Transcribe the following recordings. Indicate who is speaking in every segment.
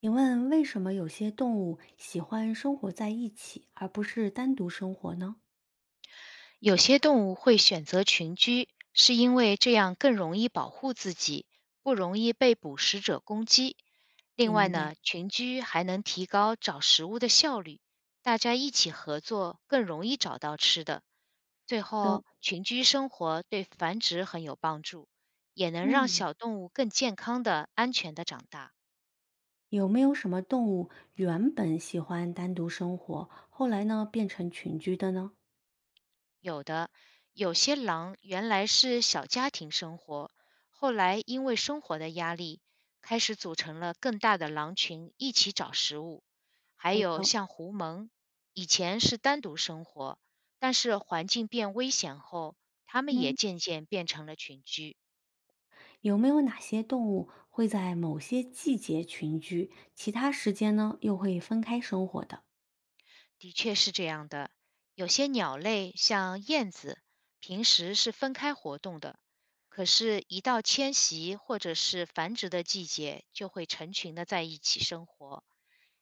Speaker 1: 请问为什么有些动物喜欢生活在一起，而不是单独生活呢？
Speaker 2: 有些动物会选择群居，是因为这样更容易保护自己，不容易被捕食者攻击。另外
Speaker 1: 明白。
Speaker 2: 呢，群居还能提高找食物的效率，大家一起合作更容易找到吃的。最
Speaker 1: 好
Speaker 2: 后，
Speaker 1: 的，
Speaker 2: 群居生活对繁殖很有帮助，也能让
Speaker 1: 嗯，
Speaker 2: 小动物更健康的、安全的长大。
Speaker 1: 有没有什么动物原本喜欢单独生活，后来呢变成群居的呢？
Speaker 2: 有的，有些狼原来是小家庭生活，后来因为生活的压力，开始组成了更大的狼群一起找食物。还有像狐獴，以前是单独生活，但是环境变危险后，它们也
Speaker 1: 嗯，
Speaker 2: 渐渐变成了群居。
Speaker 1: 有没有哪些动物会在某些季节群居，其他时间呢又会分开生活的？
Speaker 2: 的确是这样的。有些鸟类，像燕子，平时是分开活动的，可是，一到迁徙或者是繁殖的季节，就会成群的在一起生活。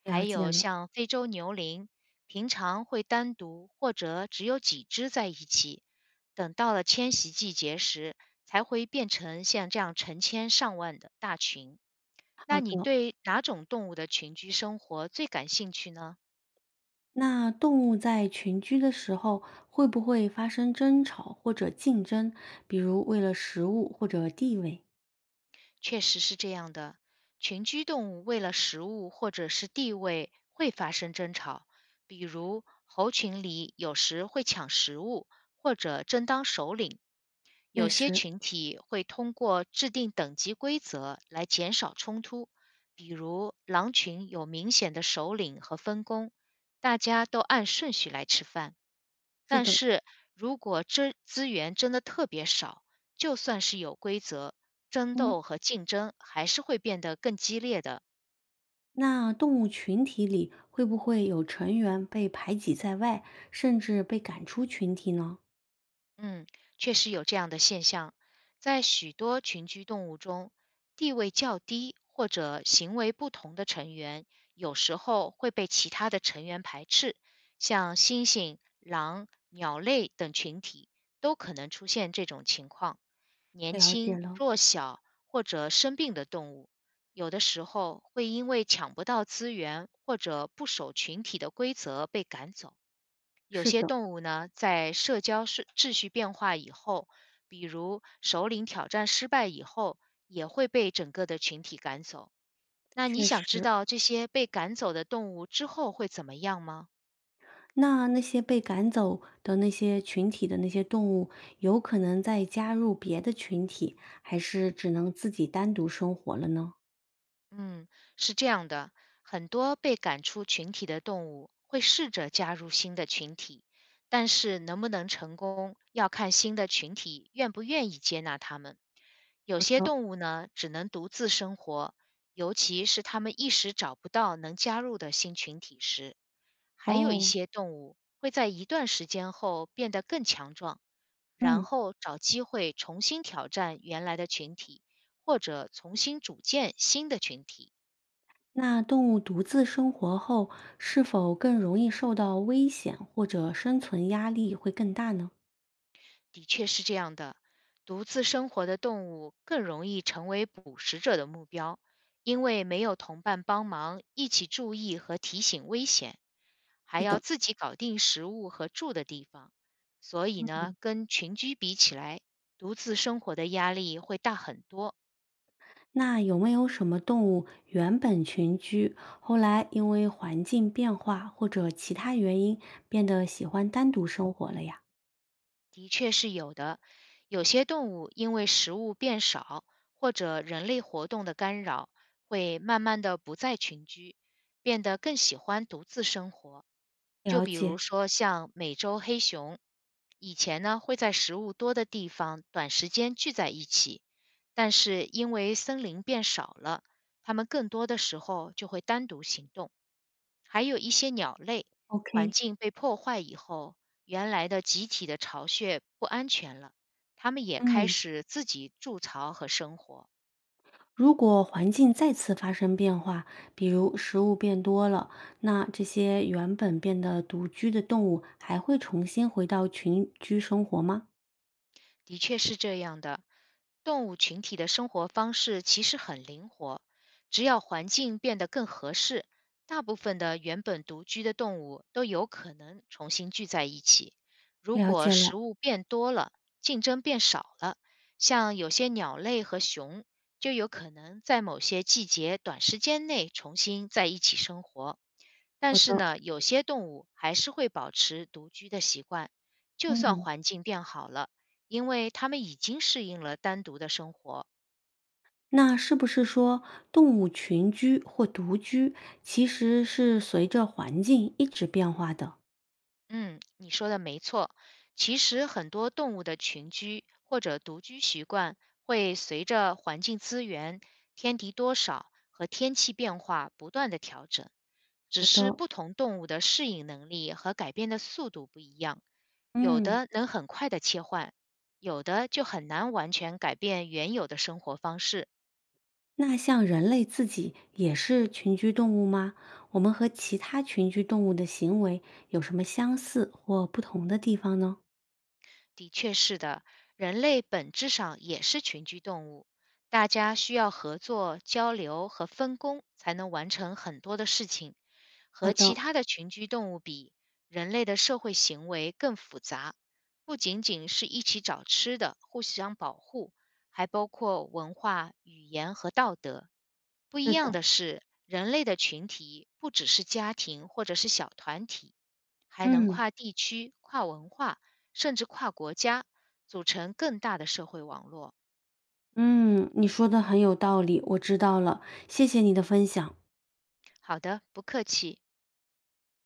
Speaker 2: 还
Speaker 1: 了解
Speaker 2: 有
Speaker 1: 了，
Speaker 2: 像非洲牛羚，平常会单独或者只有几只在一起，等到了迁徙季节时，才会变成像这样成千上万的大群。
Speaker 1: 好
Speaker 2: 那你
Speaker 1: 的。
Speaker 2: 对哪种动物的群居生活最感兴趣呢？
Speaker 1: 那动物在群居的时候，会不会发生争吵或者竞争？比如为了食物或者地位？
Speaker 2: 确实是这样的，群居动物为了食物或者是地位会发生争吵，比如猴群里有时会抢食物或者争当首领。
Speaker 1: 确
Speaker 2: 有些
Speaker 1: 实，
Speaker 2: 群体会通过制定等级规则来减少冲突，比如狼群有明显的首领和分工，大家都按顺序来吃饭。
Speaker 1: 是
Speaker 2: 但
Speaker 1: 的，
Speaker 2: 是如果资源真的特别少，就算是有规则，争
Speaker 1: 嗯，
Speaker 2: 斗和竞争还是会变得更激烈的。
Speaker 1: 那动物群体里会不会有成员被排挤在外，甚至被赶出群体呢？
Speaker 2: 嗯，确实有这样的现象，在许多群居动物中，地位较低或者行为不同的成员，有时候会被其他的成员排斥，像猩猩、狼、鸟类等群体都可能出现这种情况。年
Speaker 1: 了解
Speaker 2: 轻、
Speaker 1: 了，
Speaker 2: 弱小或者生病的动物，有的时候会因为抢不到资源或者不守群体的规则被赶走。有
Speaker 1: 是
Speaker 2: 些
Speaker 1: 的，
Speaker 2: 动物呢，在社交秩序变化以后，比如首领挑战失败以后，也会被整个的群体赶走。那你
Speaker 1: 确
Speaker 2: 想知
Speaker 1: 实。
Speaker 2: 道这些被赶走的动物之后会怎么样吗？
Speaker 1: 那那些被赶走的那些群体的那些动物，有可能再加入别的群体，还是只能自己单独生活了呢？
Speaker 2: 嗯，是这样的，很多被赶出群体的动物会试着加入新的群体，但是能不能成功，要看新的群体愿不愿意接纳它们。有
Speaker 1: 好
Speaker 2: 些
Speaker 1: 的，
Speaker 2: 动物呢，只能独自生活，尤其是它们一时找不到能加入的新群体时，还有一
Speaker 1: 哦，
Speaker 2: 些动物会在一段时间后变得更强壮，然
Speaker 1: 嗯。
Speaker 2: 后找机会重新挑战原来的群体，或者重新组建新的群体。
Speaker 1: 那动物独自生活后，是否更容易受到危险或者生存压力会更大呢？
Speaker 2: 的确是这样的，独自生活的动物更容易成为捕食者的目标，因为没有同伴帮忙一起注意和提醒危险，还
Speaker 1: 是
Speaker 2: 要
Speaker 1: 的，
Speaker 2: 自己搞定食物和住的地方。所以呢，跟群居比起来，独自生活的压力会大很多。
Speaker 1: 那有没有什么动物原本群居，后来因为环境变化或者其他原因，变得喜欢单独生活了呀？
Speaker 2: 的确是有的。有些动物因为食物变少或者人类活动的干扰，会慢慢的不再群居，变得更喜欢独自生活。就
Speaker 1: 了
Speaker 2: 比
Speaker 1: 解
Speaker 2: 如说像美洲黑熊，以前呢会在食物多的地方短时间聚在一起，但是因为森林变少了，它们更多的时候就会单独行动。还有一些鸟类，环
Speaker 1: ，OK，
Speaker 2: 境被破坏以后，原来的集体的巢穴不安全了，他们也开
Speaker 1: 嗯，
Speaker 2: 始自己筑巢和生活。
Speaker 1: 如果环境再次发生变化，比如食物变多了，那这些原本变得独居的动物还会重新回到群居生活吗？
Speaker 2: 的确是这样的。动物群体的生活方式其实很灵活，只要环境变得更合适，大部分的原本独居的动物都有可能重新聚在一起。如
Speaker 1: 了
Speaker 2: 果
Speaker 1: 解
Speaker 2: 食
Speaker 1: 了。
Speaker 2: 物变多了，竞争变少了，像有些鸟类和熊就有可能在某些季节短时间内重新在一起生活。但
Speaker 1: 好
Speaker 2: 是
Speaker 1: 的，
Speaker 2: 呢，有些动物还是会保持独居的习惯，就算
Speaker 1: 嗯，
Speaker 2: 环境变好了。因为他们已经适应了单独的生活。
Speaker 1: 那是不是说动物群居或独居其实是随着环境一直变化的？
Speaker 2: 嗯，你说的没错。其实很多动物的群居或者独居习惯会随着环境资源、天敌多少和天气变化不断的调整，只
Speaker 1: 好
Speaker 2: 是
Speaker 1: 的，
Speaker 2: 不同动物的适应能力和改变的速度不一样，有
Speaker 1: 嗯，
Speaker 2: 的能很快的切换，有的就很难完全改变原有的生活方式。
Speaker 1: 那像人类自己也是群居动物吗？我们和其他群居动物的行为有什么相似或不同的地方呢？
Speaker 2: 的确是的，人类本质上也是群居动物，大家需要合作、交流和分工，才能完成很多的事情。
Speaker 1: 好
Speaker 2: 和其
Speaker 1: 的，
Speaker 2: 他的群居动物比，人类的社会行为更复杂，不仅仅是一起找吃的、互相保护，还包括文化、语言和道德。不一
Speaker 1: 是的，
Speaker 2: 样的是，人类的群体不只是家庭或者是小团体，还能
Speaker 1: 嗯
Speaker 2: 跨地区、跨文化，甚至跨国家，组成更大的社会网络。
Speaker 1: 嗯，你说的很有道理，我知道了，谢谢你的分享。
Speaker 2: 好的，不客气。